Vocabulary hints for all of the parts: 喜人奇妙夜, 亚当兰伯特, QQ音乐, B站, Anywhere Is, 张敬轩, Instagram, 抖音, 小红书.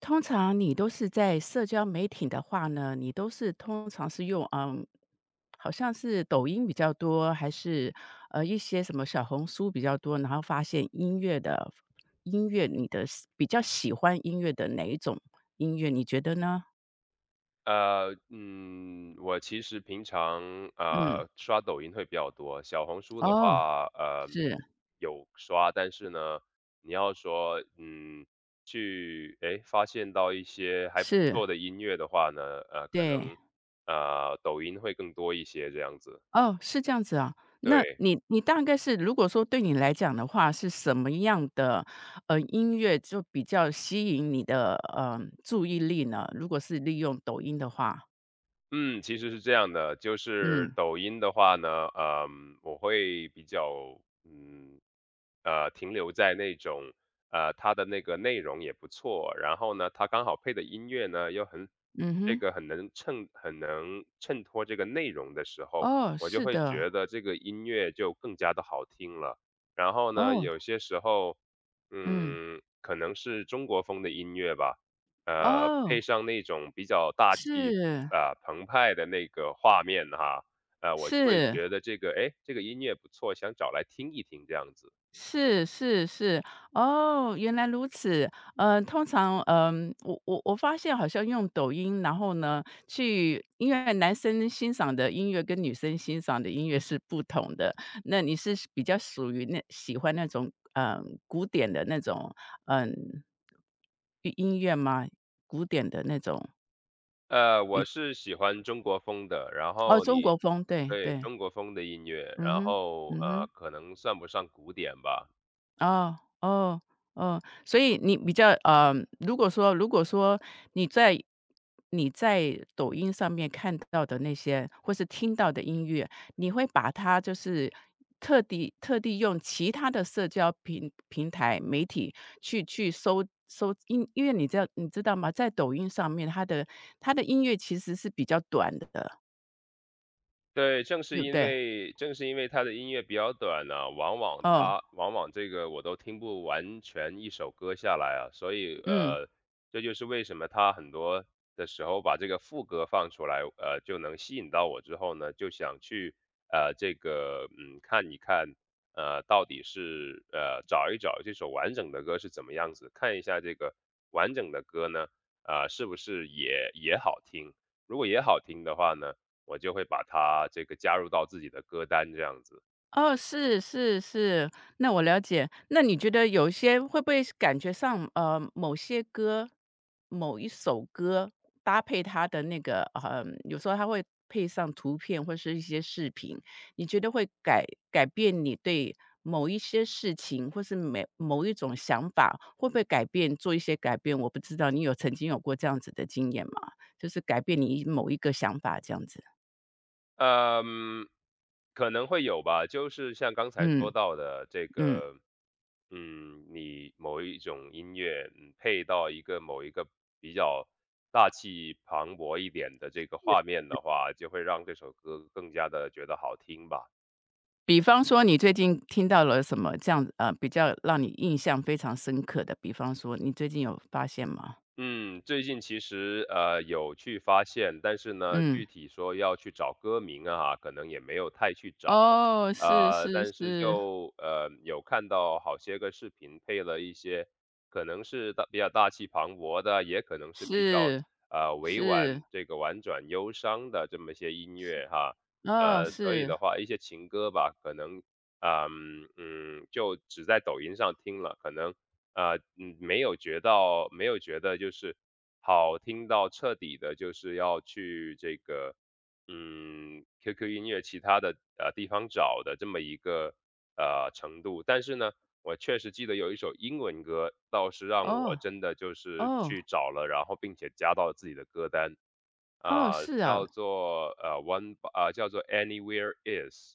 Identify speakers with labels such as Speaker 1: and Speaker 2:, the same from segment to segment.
Speaker 1: 通常你都是在社交媒体的话呢，你都是通常是用好像是抖音比较多，还是一些什么小红书比较多？然后发现音乐，你的喜比较喜欢音乐的哪一种音乐？你觉得呢？
Speaker 2: 我其实平常，
Speaker 1: 嗯，
Speaker 2: 刷抖音会比较多。小红书的
Speaker 1: 哦，
Speaker 2: 话，
Speaker 1: 是
Speaker 2: 有刷，但是呢，你要说，发现到一些还不
Speaker 1: 是，
Speaker 2: 错的音乐的话呢，呃，可
Speaker 1: 对。
Speaker 2: 能，抖音会更多一些这样子。
Speaker 1: 哦，是这样子啊。那
Speaker 2: 对。
Speaker 1: 你大概是如果说对你来讲的话，是什么样的，音乐就比较吸引你的，注意力呢？如果是利用抖音的话。
Speaker 2: 嗯，其实是这样的，就是
Speaker 1: 嗯。
Speaker 2: 抖音的话呢，我会比较，嗯，停留在那种，它的那个内容也不错，然后呢，它刚好配的音乐呢又很，
Speaker 1: 嗯哼。
Speaker 2: 很能衬托这个内容的时候，
Speaker 1: 哦，
Speaker 2: 我就
Speaker 1: 是
Speaker 2: 会
Speaker 1: 的。
Speaker 2: 觉得这个音乐就更加的好听了。然后呢，
Speaker 1: 哦。
Speaker 2: 有些时候，
Speaker 1: 嗯。
Speaker 2: 可能是中国风的音乐吧。
Speaker 1: 哦，
Speaker 2: 配上那种比较大气
Speaker 1: 是，
Speaker 2: 啊、澎湃的那个画面哈，我就会
Speaker 1: 是。
Speaker 2: 觉得这个音乐不错，想找来听一听这样子。
Speaker 1: 是是是，哦，原来如此。嗯，通常，我发现好像用抖音，然后呢，因为男生欣赏的音乐跟女生欣赏的音乐是不同的。那你是比较属于那喜欢那种，古典的那种，嗯，音乐吗？古典的那种。
Speaker 2: 我是喜欢中国风的，然
Speaker 1: 哦，
Speaker 2: 后
Speaker 1: 中国
Speaker 2: 你
Speaker 1: 风，对
Speaker 2: 对，
Speaker 1: 对，
Speaker 2: 中国风的音乐。
Speaker 1: 嗯
Speaker 2: 然
Speaker 1: 哼，
Speaker 2: 后，
Speaker 1: 嗯哼。
Speaker 2: 可能算不上古典吧。
Speaker 1: 哦，哦。哦，所以你比较如果说你在你在抖音上面看到的那些或是听到的音乐，你会把它就是特地用其他的社交平台媒体去搜，因为你知道吗？在抖音上面，它的音乐其实是比较短的，
Speaker 2: 对，正是
Speaker 1: 对不
Speaker 2: 因
Speaker 1: 对？
Speaker 2: 为正是因为它的音乐比较短呢，往往
Speaker 1: 哦，
Speaker 2: 这个我都听不完全一首歌下来啊，所以
Speaker 1: 嗯。
Speaker 2: 这就是为什么他很多的时候把这个副歌放出来。就能吸引到我之后呢，就想去看一看，到底是找一找这首完整的歌是怎么样子，看一下这个完整的歌呢、啊、是不是也好听？如果也好听的话呢，我就会把它这个加入到自己的歌单这样子。
Speaker 1: 哦，是是是，那我了解。那你觉得有些会不会是感觉上，某一首歌搭配它的有时候它会配上图片或是一些视频，你觉得会改变你对某一些事情或是某一种想法，会不会改变做一些改变？我不知道你有曾经有过这样子的经验吗？就是改变你某一个想法这样子。
Speaker 2: 嗯，可能会有吧，就是像刚才说
Speaker 1: 嗯
Speaker 2: 到的这
Speaker 1: 嗯。
Speaker 2: 个，你某一种音乐，配到一个某一个比较大气磅礴一点的这个画面的话，就会让这首歌更加的觉得好听吧。
Speaker 1: 比方说你最近听到了什么这样子，啊？比较让你印象非常深刻的，比方说你最近有发现吗？
Speaker 2: 嗯，最近其实，有去发现，但是呢，
Speaker 1: 嗯，
Speaker 2: 具体说要去找歌名啊，可能也没有太去找。
Speaker 1: 哦，是是
Speaker 2: 但是
Speaker 1: 是
Speaker 2: 就，有看到好些个视频配了一些可能是比较大气磅礴的，也可能是比较
Speaker 1: 是
Speaker 2: 委婉、
Speaker 1: 是，
Speaker 2: 这个婉转忧伤的这么一些音乐哈。
Speaker 1: 哦，
Speaker 2: 所以
Speaker 1: 是，
Speaker 2: 的话，一些情歌吧，可能，啊，就只在抖音上听了。可能没有觉得就是好听到彻底的，就是要去这个，QQ 音乐其他的，地方找的这么一个程度。但是呢，我确实记得有一首英文歌，倒是让我
Speaker 1: 哦
Speaker 2: 真的就是
Speaker 1: 哦
Speaker 2: 去找了，然后并且加到了自己的歌单，
Speaker 1: 哦，是啊，
Speaker 2: One, 叫做 Anywhere Is。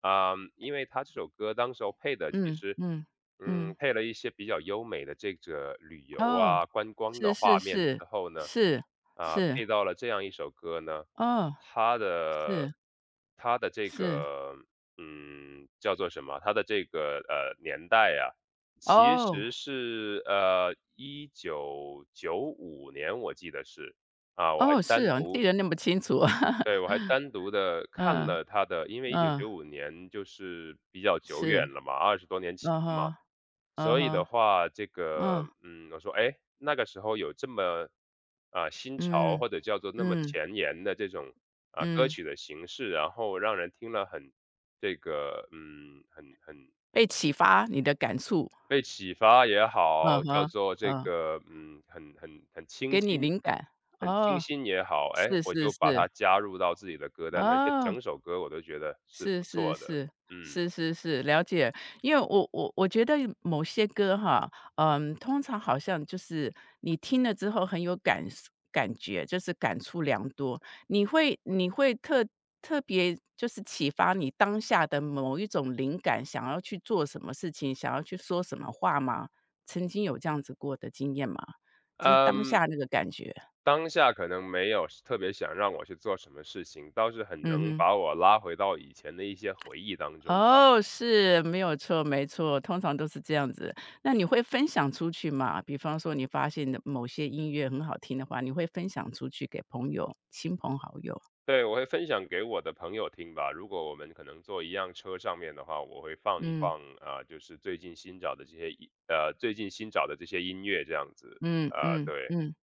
Speaker 2: 因为他这首歌当时候配的其
Speaker 1: 嗯
Speaker 2: 实，
Speaker 1: 嗯嗯，
Speaker 2: 配了一些比较优美的这个旅游
Speaker 1: 哦，
Speaker 2: 啊、观光的
Speaker 1: 是是
Speaker 2: 画面
Speaker 1: 是
Speaker 2: 之后呢，
Speaker 1: 是是，
Speaker 2: 配到了这样一首歌呢，
Speaker 1: 哦，
Speaker 2: 它的
Speaker 1: 是
Speaker 2: 它的这
Speaker 1: 是，
Speaker 2: 个叫做什么？它的这个年代啊，其
Speaker 1: 哦
Speaker 2: 实是一九九五年，我记得是我还
Speaker 1: 哦，是
Speaker 2: 单
Speaker 1: 啊，你记
Speaker 2: 独
Speaker 1: 得那么清楚啊，
Speaker 2: 对，我 还单独的看
Speaker 1: 嗯
Speaker 2: 了他的，因为一九
Speaker 1: 嗯，
Speaker 2: 九五年就是比较久
Speaker 1: 是，
Speaker 2: 远了嘛，20多年前
Speaker 1: 嗯
Speaker 2: 嘛。
Speaker 1: 哼嗯
Speaker 2: 所以的
Speaker 1: 哼，
Speaker 2: 话，这个，
Speaker 1: 嗯。
Speaker 2: 我说：“哎，那个时候有这么新潮，
Speaker 1: 嗯，
Speaker 2: 或者叫做那么
Speaker 1: 嗯，
Speaker 2: 前沿的这种歌
Speaker 1: 嗯，
Speaker 2: 曲的形式，然后让人听了很这个，很
Speaker 1: 被启发你的感触，
Speaker 2: 被启发也
Speaker 1: 嗯
Speaker 2: 好，叫
Speaker 1: 哼，
Speaker 2: 做这
Speaker 1: 嗯，
Speaker 2: 个，很清
Speaker 1: 给你
Speaker 2: 新。”
Speaker 1: 灵感，
Speaker 2: 很清
Speaker 1: 哦，
Speaker 2: 新也好，哎，
Speaker 1: 是
Speaker 2: 我
Speaker 1: 是
Speaker 2: 就把它
Speaker 1: 是，
Speaker 2: 加入到自己的歌单，而且
Speaker 1: 哦。
Speaker 2: 整首歌我都觉得是
Speaker 1: 是
Speaker 2: 不
Speaker 1: 是
Speaker 2: 错的。
Speaker 1: 是，
Speaker 2: 嗯，
Speaker 1: 是是是，了解。因为我觉得某些歌哈，通常好像就是你听了之后很有感觉，就是感触良多。你会特别就是启发你当下的某一种灵感，想要去做什么事情，想要去说什么话吗？曾经有这样子过的经验吗？就是当
Speaker 2: 嗯，
Speaker 1: 下那个感觉，
Speaker 2: 当下可能没有特别想让我去做什么事情，倒是很
Speaker 1: 嗯
Speaker 2: 能
Speaker 1: 哼。
Speaker 2: 把我拉回到以前的一些回忆当中吧。
Speaker 1: 哦，是，没有错，没错，通常都是这样子。那你会分享出去吗？比方说你发现的某些音乐很好听的话，你会分享出去给朋友、亲朋好友？
Speaker 2: 对，我会分享给我的朋友听吧。如果我们可能坐一辆车上面的话，我会放一
Speaker 1: 嗯
Speaker 2: 放啊、就是最近新找的这些音乐这样子。
Speaker 1: 嗯
Speaker 2: 啊、
Speaker 1: 嗯
Speaker 2: 对。
Speaker 1: 嗯。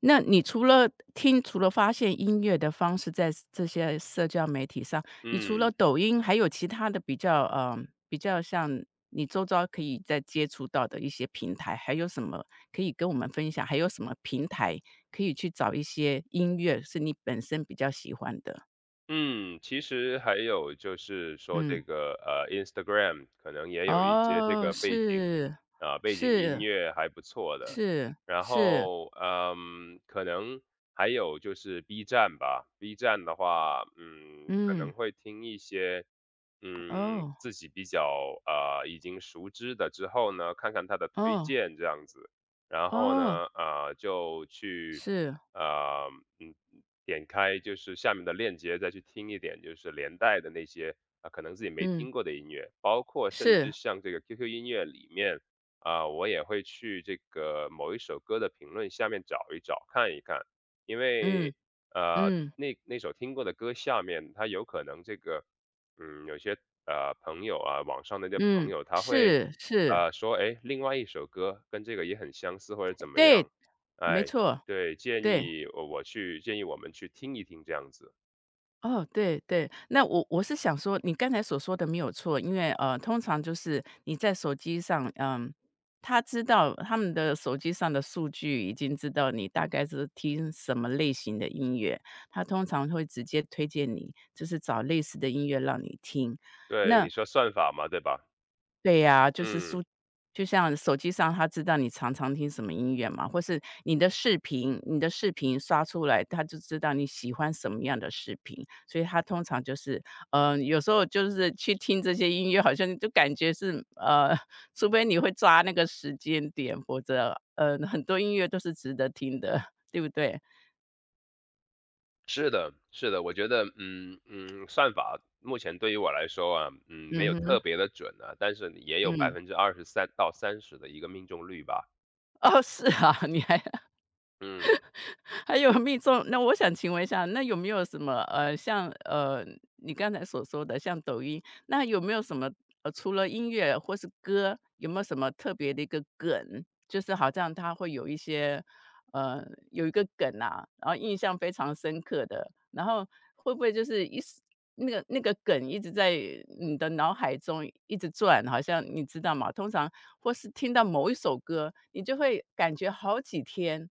Speaker 1: 那你除了除了发现音乐的方式在这些社交媒体上，你除
Speaker 2: 嗯。
Speaker 1: 了抖音，还有其他的比较比较像你周遭可以再接触到的一些平台，还有什么可以跟我们分享？还有什么平台可以去找一些音乐是你本身比较喜欢的？
Speaker 2: 嗯，其实还有就是说
Speaker 1: 嗯，
Speaker 2: 这个，Instagram 可能也有一些这
Speaker 1: 哦，
Speaker 2: 个
Speaker 1: 是，
Speaker 2: 背景音
Speaker 1: 是，
Speaker 2: 乐还不错的。
Speaker 1: 是，
Speaker 2: 然
Speaker 1: 是，
Speaker 2: 后，可能还有就是 B 站吧。B 站的话，可
Speaker 1: 嗯，
Speaker 2: 能会听一些，
Speaker 1: 哦，
Speaker 2: 自己比较、啊已经熟知的之后呢，看看它的推
Speaker 1: 哦，
Speaker 2: 荐这样子。然后
Speaker 1: 哦，
Speaker 2: 呢，啊，就去，
Speaker 1: 是，
Speaker 2: 呃，嗯。点开就是下面的链接，再去听一点就是连带的那些，可能自己没
Speaker 1: 嗯，
Speaker 2: 听过的音乐。包括甚至
Speaker 1: 是，
Speaker 2: 像这个 QQ 音乐里面，我也会去这个某一首歌的评论下面找一找、看一看。因
Speaker 1: 嗯，
Speaker 2: 为
Speaker 1: 嗯。
Speaker 2: 那那首听过的歌下面，它有可能这个，嗯，有些，朋友啊、网上的一些
Speaker 1: 嗯，
Speaker 2: 朋友他会，
Speaker 1: 是是，
Speaker 2: 说：“哎，另外一首歌跟这个也很相似”或者怎么
Speaker 1: 对，
Speaker 2: 样。
Speaker 1: 没
Speaker 2: 哎，
Speaker 1: 错，
Speaker 2: 对，
Speaker 1: 对，
Speaker 2: 建议我们去听一听这样子。
Speaker 1: 哦，对对。那我是想说，你刚才所说的没有错，因为通常就是你在手机上，他知道他们的手机上的数据已经知道你大概是听什么类型的音乐，他通常会直接推荐你，就是找类似的音乐让你听。
Speaker 2: 对，
Speaker 1: 那
Speaker 2: 你说算法嘛，对吧？
Speaker 1: 对呀，就是
Speaker 2: 嗯，
Speaker 1: 就像手机上他知道你常常听什么音乐嘛，或是你的视频刷出来，他就知道你喜欢什么样的视频，所以他通常就是，有时候就是去听这些音乐，好像就感觉是，除非你会抓那个时间点，否则，很多音乐都是值得听的，对不对？
Speaker 2: 是的，是的，我觉得，算法目前对于我来说啊，没
Speaker 1: 嗯
Speaker 2: 有特
Speaker 1: 哼，
Speaker 2: 别的准啊，但是也有百
Speaker 1: 嗯，
Speaker 2: 分之二十三到三十的一个命中率吧。
Speaker 1: 哦，是啊，你还
Speaker 2: 嗯
Speaker 1: 还有命中，那我想请问一下，那有没有什么，像，你刚才所说的像抖音，那有没有什么，除了音乐或是歌，有没有什么特别的一个梗？就是好像它会有一些，呃，有一个梗啊，然后印象非常深刻的，然后会不会就是一时那个梗一直在你的脑海中一直转，好像你知道吗？通常或是听到某一首歌，你就会感觉好几天，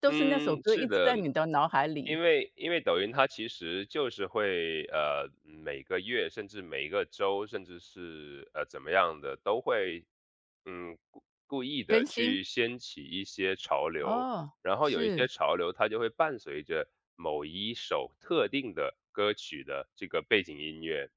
Speaker 1: 都是那首
Speaker 2: 嗯，
Speaker 1: 歌一
Speaker 2: 是
Speaker 1: 直
Speaker 2: 的，
Speaker 1: 在你的脑海
Speaker 2: 因
Speaker 1: 里
Speaker 2: 为因为抖音它其实就是会，每个月甚至每一个周，甚至是，怎么样的都会，故意的
Speaker 1: 更新。
Speaker 2: 去掀起一些潮流。
Speaker 1: 哦，
Speaker 2: 然后有一些
Speaker 1: 是，
Speaker 2: 潮流它就会伴随着某一首特定的歌曲的这个背景音乐。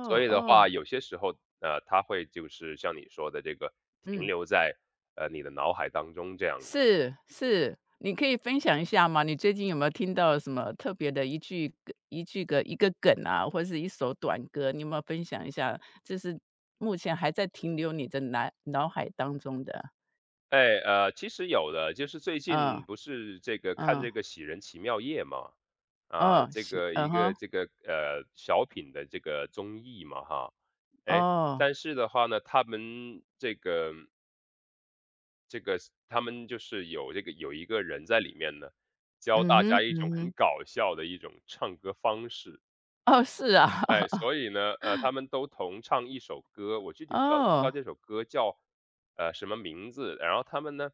Speaker 2: 所以的
Speaker 1: 哦，
Speaker 2: 话，有些时候，它会就是像你说的这个停
Speaker 1: 嗯，
Speaker 2: 留在你的脑海当中这样子。
Speaker 1: 是是，你可以分享一下吗？你最近有没有听到什么特别的一句歌一句个一个梗啊，或是一首短歌，你有没有分享一下？这是目前还在停留你的脑海当中的，
Speaker 2: 其实有的，就是最
Speaker 1: 嗯
Speaker 2: 近不是这个看
Speaker 1: 嗯
Speaker 2: 这个《喜人奇妙夜》嘛，啊，
Speaker 1: 嗯，
Speaker 2: 这
Speaker 1: 是，
Speaker 2: 个
Speaker 1: 嗯
Speaker 2: 一个
Speaker 1: 哼，
Speaker 2: 这个小品的这个综艺嘛，哈，哎，
Speaker 1: 哦，
Speaker 2: 但是的话呢，这个他们就是有有一个人在里面呢，教
Speaker 1: 嗯
Speaker 2: 大家
Speaker 1: 哼，
Speaker 2: 一种
Speaker 1: 嗯
Speaker 2: 很
Speaker 1: 哼。
Speaker 2: 搞笑的一种唱歌方式。
Speaker 1: 哦，是啊，
Speaker 2: 哎，所以呢，他们都同唱一首歌，我具体不知道
Speaker 1: 哦，
Speaker 2: 这首歌叫什么名字。然后他们呢，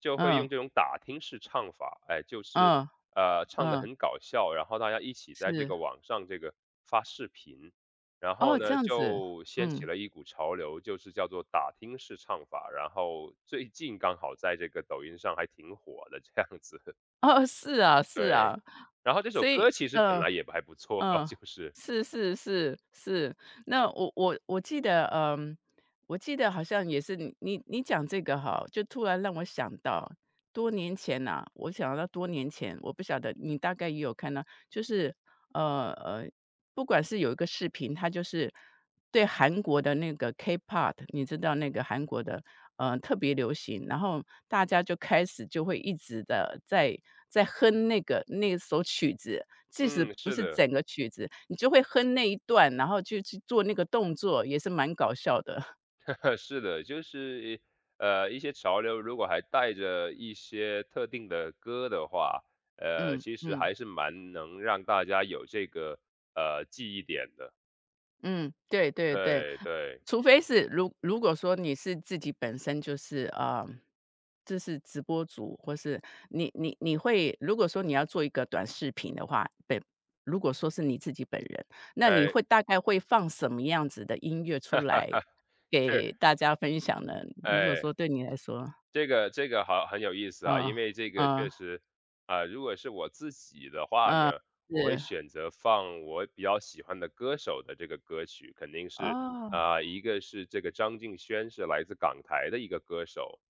Speaker 2: 就会
Speaker 1: 嗯，
Speaker 2: 用这种打听式唱法。哎，就是，
Speaker 1: 嗯，
Speaker 2: 唱的
Speaker 1: 嗯，
Speaker 2: 很搞笑，然后大家一起在这
Speaker 1: 是，
Speaker 2: 个网上这个发视频，然后
Speaker 1: 哦，这
Speaker 2: 呢，
Speaker 1: 样子，
Speaker 2: 就掀起
Speaker 1: 嗯，
Speaker 2: 了一股潮流，就是叫做打听式唱法。然后最近刚好在这个抖音上还挺火的这样子，
Speaker 1: 哦，是啊，是
Speaker 2: 对。
Speaker 1: 啊，
Speaker 2: 然后这首
Speaker 1: 所以。
Speaker 2: 歌其实本来也还不错，
Speaker 1: 嗯，
Speaker 2: 就是，
Speaker 1: 是是是是。那我记得，我记得好像也是你讲这个哈，就突然让我想到多年前呐、我想到多年前，我不晓得你大概也有看到，就是呃呃，不管是有一个视频，它就是对韩国的那个 K-pop，你知道那个韩国的特别流行，然后大家就开始就会一直的在哼那首曲子，即使
Speaker 2: 嗯，
Speaker 1: 不
Speaker 2: 是
Speaker 1: 是
Speaker 2: 的。
Speaker 1: 整个曲子，你就会哼那一段，然后就去做那个动作，也是蛮搞笑的。
Speaker 2: 是的，就是一些潮流如果还带着一些特定的歌的话，
Speaker 1: 嗯
Speaker 2: 其实
Speaker 1: 嗯
Speaker 2: 还是蛮能让大家有这个记忆点的。
Speaker 1: 嗯，对对对。
Speaker 2: 对对，
Speaker 1: 除非是如果说你是自己本身就是啊，这是直播主，或是你会如果说你要做一个短视频的话，如果说是你自己本人，那你
Speaker 2: 哎，
Speaker 1: 会大概会放什么样子的音乐出来
Speaker 2: 是，
Speaker 1: 给大家分享呢？如果
Speaker 2: 哎。
Speaker 1: 说对你来说。
Speaker 2: 这个这个好很有意思
Speaker 1: 嗯
Speaker 2: 啊，
Speaker 1: 嗯。
Speaker 2: 因为这个确
Speaker 1: 呃
Speaker 2: 实，如果是我自己的话
Speaker 1: 嗯，
Speaker 2: 呢，我会
Speaker 1: 是，
Speaker 2: 选择放我比较喜欢的歌手的这个歌曲。肯定是，
Speaker 1: 哦，
Speaker 2: 一个是这个张敬轩，是来自港台的一个歌手。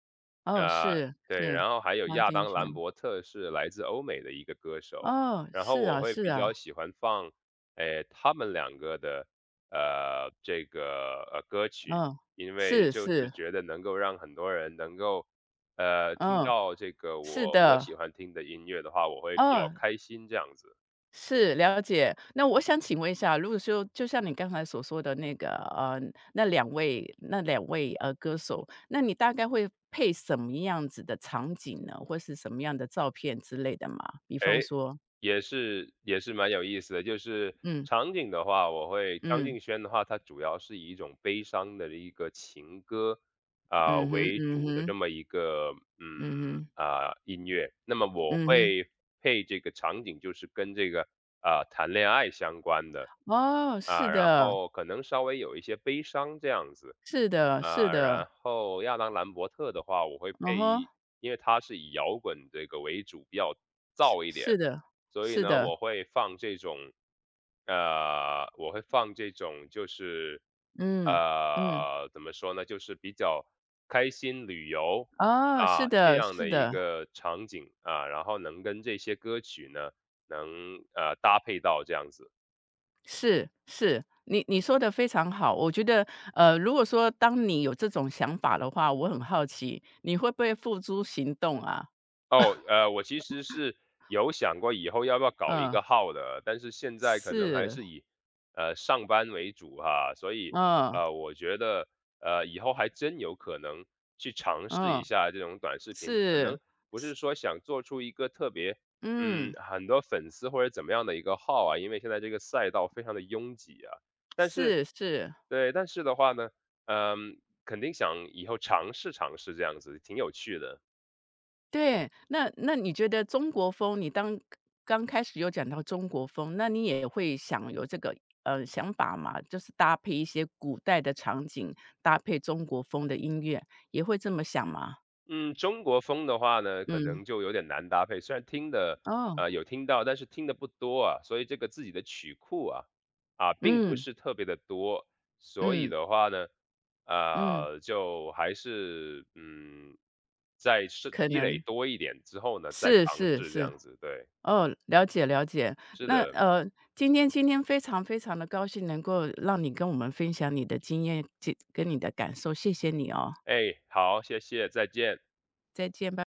Speaker 1: 哦，
Speaker 2: 呃，
Speaker 1: 是，
Speaker 2: 对，
Speaker 1: 是，
Speaker 2: 然后还有
Speaker 1: 张
Speaker 2: 亚
Speaker 1: 敬
Speaker 2: 当兰
Speaker 1: 轩，
Speaker 2: 伯特，是来自欧美的一个歌手。
Speaker 1: 哦，
Speaker 2: 然后
Speaker 1: 是
Speaker 2: 我
Speaker 1: 啊，
Speaker 2: 会
Speaker 1: 是
Speaker 2: 比
Speaker 1: 啊，
Speaker 2: 较喜欢放，哎，他们两个的歌曲。
Speaker 1: 嗯，
Speaker 2: 因为
Speaker 1: 是
Speaker 2: 就是
Speaker 1: 是，
Speaker 2: 觉得能够让很多人能够听
Speaker 1: 嗯，
Speaker 2: 到这个
Speaker 1: 是
Speaker 2: 我
Speaker 1: 的，
Speaker 2: 喜欢听的音乐的话，我会比较
Speaker 1: 嗯，
Speaker 2: 开心这样子。
Speaker 1: 是，了解。那我想请问一下，如果说就像你刚才所说的那个，呃，那两位，歌手，那你大概会配什么样子的场景呢？或是什么样的照片之类的吗？比方
Speaker 2: 诶，
Speaker 1: 说。
Speaker 2: 也是也是蛮有意思的。就是
Speaker 1: 嗯，
Speaker 2: 场景的话，我会，张
Speaker 1: 嗯，
Speaker 2: 敬轩的话，他主要是以一种悲伤的一个情歌啊
Speaker 1: 嗯哼，
Speaker 2: 为
Speaker 1: 嗯
Speaker 2: 主的这
Speaker 1: 哼，
Speaker 2: 么一个，
Speaker 1: 嗯哼，
Speaker 2: 音乐。那么我
Speaker 1: 嗯哼，
Speaker 2: 会配这个场景，就是跟这个谈恋爱相关的，
Speaker 1: 哦，是
Speaker 2: 然
Speaker 1: 的。
Speaker 2: 后可能稍微有一些悲伤这样子。
Speaker 1: 是的，是的，
Speaker 2: 然后亚当兰伯特的话，我会
Speaker 1: 嗯
Speaker 2: 配
Speaker 1: 哼，
Speaker 2: 一，因为他是以摇滚这个为主，比较
Speaker 1: 是
Speaker 2: 燥一点。
Speaker 1: 是的，
Speaker 2: 所以
Speaker 1: 是
Speaker 2: 呢，
Speaker 1: 的，
Speaker 2: 我会放这种就是
Speaker 1: 嗯，嗯，
Speaker 2: 怎么说呢，就是比较开心旅游
Speaker 1: 啊，是
Speaker 2: 啊这
Speaker 1: 的，
Speaker 2: 样
Speaker 1: 是
Speaker 2: 的一
Speaker 1: 的，
Speaker 2: 个场景啊，然后能跟这些歌曲呢能搭配到这样子。
Speaker 1: 是是，你说的非常好。我觉得，如果说当你有这种想法的话，我很好奇你会不会付诸行动啊？
Speaker 2: 我其实是有想过以后要不要搞一
Speaker 1: 嗯，
Speaker 2: 个号的，但是现在可能还
Speaker 1: 是，
Speaker 2: 是以上班为主哈。所以
Speaker 1: 嗯，
Speaker 2: 我觉得以后还真有可能去尝试一
Speaker 1: 嗯，
Speaker 2: 下这种短视频。可
Speaker 1: 是，
Speaker 2: 能不是说想做出一个特别
Speaker 1: 嗯，
Speaker 2: 很多粉丝或者怎么样的一个号啊，因为现在这个赛道非常的拥挤啊。但是
Speaker 1: 是是。
Speaker 2: 对，但是的话呢，嗯、肯定想以后尝试尝试这样子，挺有趣的。
Speaker 1: 对，那你觉得中国风，刚开始有讲到中国风，那你也会想有这个想法嘛？就是搭配一些古代的场景，搭配中国风的音乐，也会这么想吗？
Speaker 2: 嗯，中国风的话呢，可
Speaker 1: 嗯，
Speaker 2: 能就有点难搭配。虽然听的，
Speaker 1: 哦，
Speaker 2: 有听到，但是听的不多啊，所以这个自己的曲库啊，啊，并不
Speaker 1: 嗯
Speaker 2: 是特别的多。所以
Speaker 1: 嗯
Speaker 2: 的话呢，
Speaker 1: 嗯，
Speaker 2: 就还是嗯，在是
Speaker 1: 可
Speaker 2: 积累
Speaker 1: 能
Speaker 2: 多一点之后呢，再
Speaker 1: 是
Speaker 2: 尝
Speaker 1: 是
Speaker 2: 试这
Speaker 1: 是，
Speaker 2: 样子。对，
Speaker 1: 哦，了解了解。
Speaker 2: 是
Speaker 1: 那
Speaker 2: 的。
Speaker 1: 今天非常非常的高兴能够让你跟我们分享你的经验，这跟你的感受，谢谢你哦，
Speaker 2: 哎，好，谢谢，再见。
Speaker 1: 再见。吧。